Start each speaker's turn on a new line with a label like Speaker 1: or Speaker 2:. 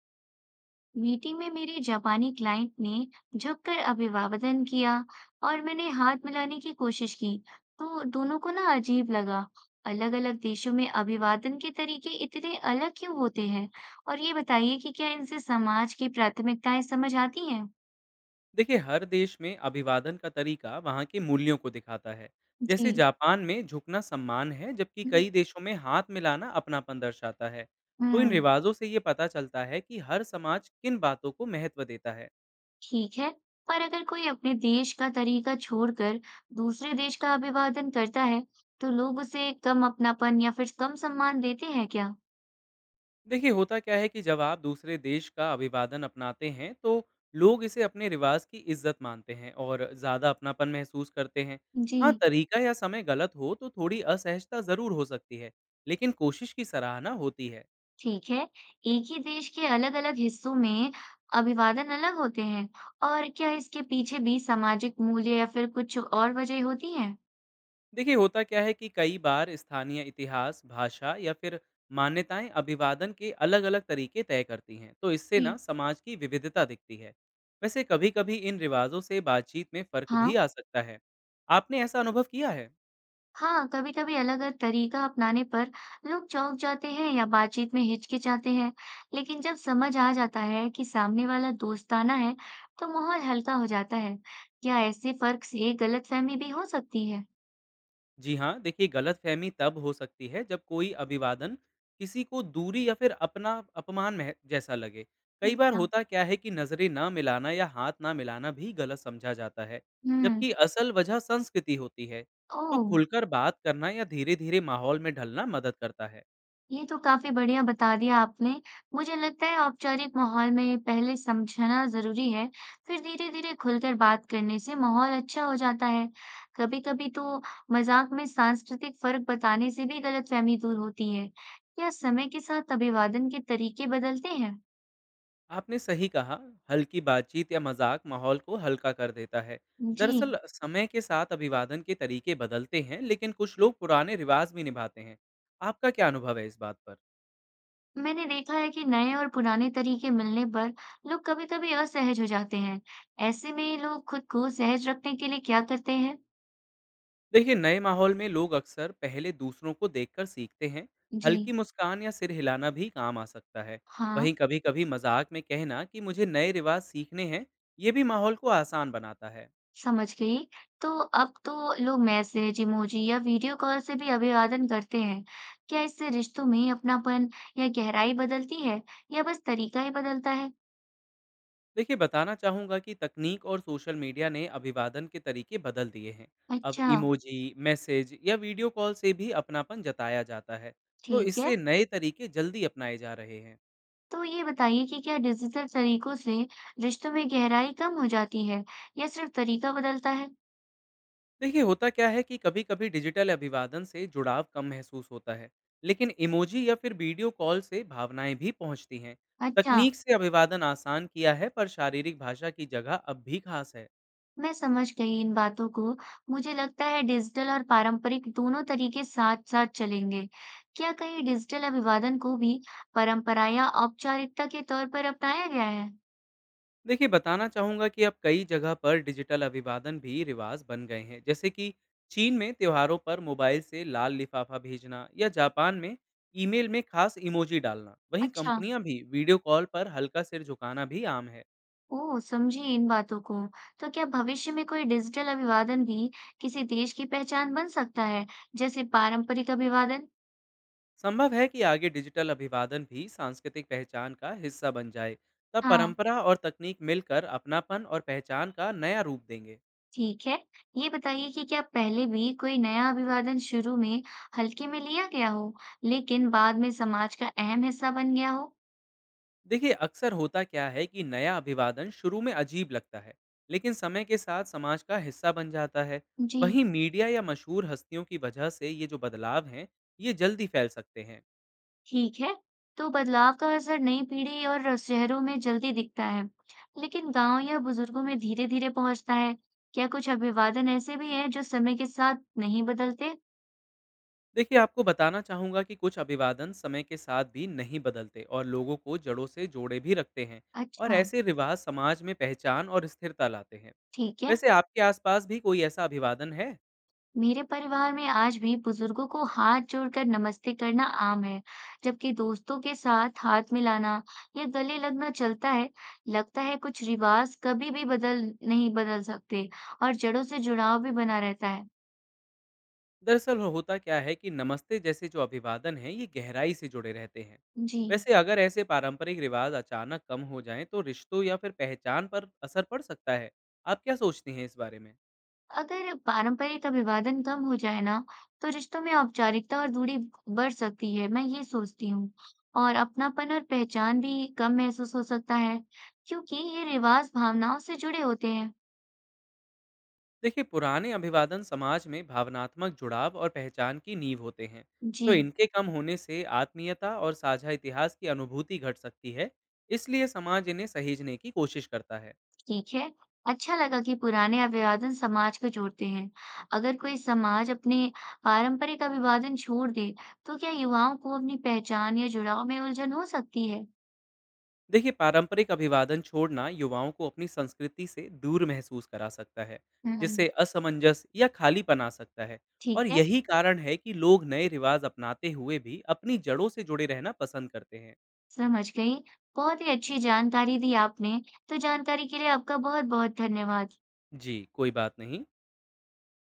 Speaker 1: Meeting में मेरे जापानी क्लाइंट ने झुककर अभिवादन किया और मैंने हाथ मिलाने की कोशिश की तो दोनों को ना अजीब लगा। अलग अलग देशों में अभिवादन के तरीके इतने अलग क्यों होते हैं? और ये बताइए कि क्या इनसे समाज की प्राथमिकताएं समझ आती हैं?
Speaker 2: देखिए हर देश में अभिवादन का तरीका वहाँ के मूल्यों को दिखाता है।
Speaker 1: जी।
Speaker 2: जैसे जापान में झुकना सम्मान है, जबकि
Speaker 1: हम्म।
Speaker 2: कई देशों में हाथ मिलाना अपनापन दर्शाता है। तो इन
Speaker 1: हम्म।
Speaker 2: रिवाजों से ये पता चलता है कि हर समाज किन बातों को महत्व देता है।
Speaker 1: ठीक है। पर अगर कोई अपने देश का तरीका छोड़कर दूसरे देश का अभिवादन करता है तो लोग उसे कम अपनापन या फिर कम सम्मान देते हैं क्या?
Speaker 2: देखिए होता क्या है कि जब आप दूसरे देश का अभिवादन अपनाते हैं, तो लोग इसे अपने रिवाज की इज्जत मानते हैं और ज़्यादा अपनापन महसूस करते हैं।
Speaker 1: जी।
Speaker 2: हाँ, तरीका या समय गलत हो तो थोड़ी असहजता ज़रूर हो सकती है, लेकिन कोशिश की सराहना होती है।
Speaker 1: ठीक है। एक ही देश के अलग-अलग हिस्सों में अभिवादन अलग होते हैं। और क्या इसके पीछे भी सामाजिक मूल्य या फिर कुछ और वजह होती है?
Speaker 2: देखिए होता क्या है कि कई बार स्थानीय इतिहास, भाषा या फिर मान्यताएं अभिवादन के अलग अलग तरीके तय करती हैं, तो इससे ना
Speaker 1: जी
Speaker 2: समाज की विविधता दिखती है। वैसे कभी कभी इन रिवाजों से बातचीत में फर्क
Speaker 1: हाँ।
Speaker 2: भी आ सकता है। आपने ऐसा अनुभव किया है?
Speaker 1: हाँ, कभी-कभी अलग-अलग तरीका अपनाने पर लोग चौंक जाते हैं या बातचीत में हिचकिचाते हैं, लेकिन जब समझ आ जाता है कि सामने वाला दोस्ताना है, तो माहौल हल्का हो जाता है। क्या ऐसे फर्क से गलतफहमी भी हो सकती है?
Speaker 2: जी हाँ, देखिए गलतफ़हमी तब हो सकती है जब कोई अभिवादन किसी को दूरी या फिर अपना अपमान मह जैसा लगे। कई बार
Speaker 1: अच्छा।
Speaker 2: होता क्या है कि नज़रें ना मिलाना या हाथ ना मिलाना भी गलत समझा जाता है,
Speaker 1: हम्म।
Speaker 2: जबकि असल वजह संस्कृति होती है। तो
Speaker 1: ओह।
Speaker 2: खुलकर बात करना या धीरे-धीरे माहौल में ढलना मदद करता है।
Speaker 1: ये तो काफ़ी बढ़िया बता दिया आपने। मुझे लगता है औपचारिक माहौल में पहले समझना ज़रूरी है, फिर धीरे-धीरे खुलकर बात करने से माहौल अच्छा हो जाता है। कभी-कभी तो मज़ाक में सांस्कृतिक फ़र्क बताने से भी गलतफ़हमी दूर होती है। क्या समय के साथ अभिवादन के तरीके बदलते हैं?
Speaker 2: आपने सही कहा, हल्की बातचीत या मज़ाक माहौल को हल्का कर देता है।
Speaker 1: जी।
Speaker 2: दरअसल समय के साथ अभिवादन के तरीके बदलते हैं, लेकिन कुछ लोग पुराने रिवाज भी निभाते हैं। आपका क्या अनुभव है इस बात पर?
Speaker 1: मैंने देखा है कि नए और पुराने तरीके मिलने पर लोग कभी-कभी असहज हो जाते हैं। ऐसे में लोग खुद को सहज रखने के लिए क्या करते हैं?
Speaker 2: देखिए नए माहौल में लोग अक्सर पहले दूसरों को देखकर सीखते हैं। हल्की
Speaker 1: जी।
Speaker 2: मुस्कान या सिर हिलाना भी काम आ सकता है।
Speaker 1: हाँ।
Speaker 2: वहीं कभी कभी मजाक में कहना कि मुझे नए रिवाज सीखने हैं, ये भी माहौल को आसान बनाता है।
Speaker 1: समझ गई। तो अब तो लोग मैसेज, इमोजी या वीडियो कॉल से भी अभिवादन करते हैं। क्या इससे रिश्तों में अपनापन या गहराई बदलती है या बस तरीका ही बदलता है?
Speaker 2: देखिए बताना चाहूँगा कि तकनीक और सोशल मीडिया ने अभिवादन के तरीके बदल दिए हैं। अब
Speaker 1: अच्छा।
Speaker 2: इमोजी, मैसेज या वीडियो कॉल से भी अपनापन जताया जाता है। तो
Speaker 1: ठीक है।
Speaker 2: इससे नए तरीके जल्दी अपनाए जा रहे हैं।
Speaker 1: तो ये बताइए कि क्या डिजिटल तरीकों से रिश्तों में गहराई कम हो जाती है या सिर्फ तरीका बदलता है?
Speaker 2: देखिए होता क्या है कि कभी कभी डिजिटल अभिवादन से जुड़ाव कम महसूस होता है, लेकिन इमोजी या फिर वीडियो कॉल से भावनाएं भी पहुंचती हैं।
Speaker 1: अच्छा।
Speaker 2: तकनीक से अभिवादन आसान किया है, पर शारीरिक भाषा की जगह अब भी खास है।
Speaker 1: मैं समझ गई इन बातों को। मुझे लगता है डिजिटल और पारंपरिक दोनों तरीके साथ-साथ चलेंगे। क्या कहीं डिजिटल अभिवादन को भी परंपरा या औपचारिकता के तौर पर अपनाया गया है?
Speaker 2: देखिए बताना चाहूंगा कि अब कई जगह पर डिजिटल अभिवादन भी रिवाज बन गए हैं। जैसे कि चीन में त्योहारों पर मोबाइल से लाल लिफाफा भेजना, या जापान में ईमेल में खास इमोजी डालना। वहीं
Speaker 1: अच्छा।
Speaker 2: कंपनियां भी वीडियो कॉल पर हल्का सिर झुकाना भी आम है।
Speaker 1: ओह! समझी इन बातों को। तो क्या भविष्य में कोई डिजिटल अभिवादन भी किसी देश की पहचान बन सकता है, जैसे पारंपरिक अभिवादन?
Speaker 2: संभव है कि आगे डिजिटल अभिवादन भी सांस्कृतिक पहचान का हिस्सा बन जाए। तब
Speaker 1: हाँ।
Speaker 2: परंपरा और तकनीक मिलकर अपनापन और पहचान का नया रूप देंगे।
Speaker 1: ठीक है। ये बताइए कि क्या पहले भी कोई नया अभिवादन शुरू में हल्के में लिया गया हो, लेकिन बाद में समाज का अहम हिस्सा बन गया हो?
Speaker 2: देखिए अक्सर होता क्या है कि नया अभिवादन शुरू में अजीब लगता है, लेकिन समय के साथ समाज का हिस्सा बन जाता है।
Speaker 1: जी।
Speaker 2: वहीं मीडिया या मशहूर हस्तियों की वजह से ये जो बदलाव हैं, ये जल्दी फैल सकते हैं।
Speaker 1: ठीक है। तो बदलाव का असर नई पीढ़ी और शहरों में जल्दी दिखता है, लेकिन गांव या बुजुर्गों में धीरे-धीरे पहुंचता है। क्या कुछ अभिवादन ऐसे भी हैं जो समय के साथ नहीं बदलते?
Speaker 2: देखिए, आपको बताना चाहूँगा कि कुछ अभिवादन समय के साथ भी नहीं बदलते और लोगों को जड़ों से जोड़े भी रखते हैं। और
Speaker 1: अच्छा।
Speaker 2: ऐसे रिवाज समाज में पहचान और स्थिरता लाते हैं।
Speaker 1: ठीक है।
Speaker 2: वैसे आपके आसपास भी कोई ऐसा अभिवादन है?
Speaker 1: मेरे परिवार में आज भी बुजुर्गों को हाथ जोड़कर नमस्ते करना आम है, जबकि दोस्तों के साथ हाथ मिलाना या गले लगना चलता है। लगता है कुछ रिवाज कभी भी बदल नहीं बदल सकते और जड़ों से जुड़ाव भी बना रहता है।
Speaker 2: दरअसल होता क्या है कि नमस्ते जैसे जो अभिवादन हैं, ये गहराई से जुड़े रहते हैं।
Speaker 1: जी।
Speaker 2: वैसे अगर ऐसे पारंपरिक रिवाज अचानक कम हो जाएँ, तो रिश्तों या फिर पहचान पर असर पड़ सकता है। आप क्या सोचती हैं इस बारे में?
Speaker 1: अगर पारंपरिक अभिवादन कम हो जाए ना, तो रिश्तों में औपचारिकता और दूरी बढ़ सकती है, मैं ये सोचती हूँ। और अपनापन और पहचान भी कम महसूस हो सकता है, क्योंकि ये रिवाज भावनाओं से जुड़े होते हैं।
Speaker 2: देखिए पुराने अभिवादन समाज में भावनात्मक जुड़ाव और पहचान की नींव होते हैं।
Speaker 1: जी।
Speaker 2: तो इनके कम होने से आत्मीयता और साझा इतिहास की अनुभूति घट सकती है। इसलिए समाज इन्हें सहेजने की कोशिश करता है।
Speaker 1: ठीक है। अच्छा लगा कि पुराने अभिवादन समाज को जोड़ते हैं। अगर कोई समाज अपने पारंपरिक अभिवादन छोड़ दे, तो क्या युवाओं को अपनी पहचान या जुड़ाव में उलझन हो सकती है?
Speaker 2: देखिए पारंपरिक अभिवादन छोड़ना युवाओं को अपनी संस्कृति से दूर महसूस करा सकता है,
Speaker 1: हम्म।
Speaker 2: जिससे असमंजस या खालीपन आ सकता है।
Speaker 1: ठीक
Speaker 2: और
Speaker 1: है।
Speaker 2: यही कारण है कि लोग नए रिवाज अपनाते हुए भी अपनी जड़ों से जुड़े रहना पसंद करते हैं।
Speaker 1: समझ गई। बहुत ही अच्छी जानकारी दी आपने। तो जानकारी के लिए आपका बहुत-बहुत धन्यवाद।
Speaker 2: जी, कोई बात नहीं।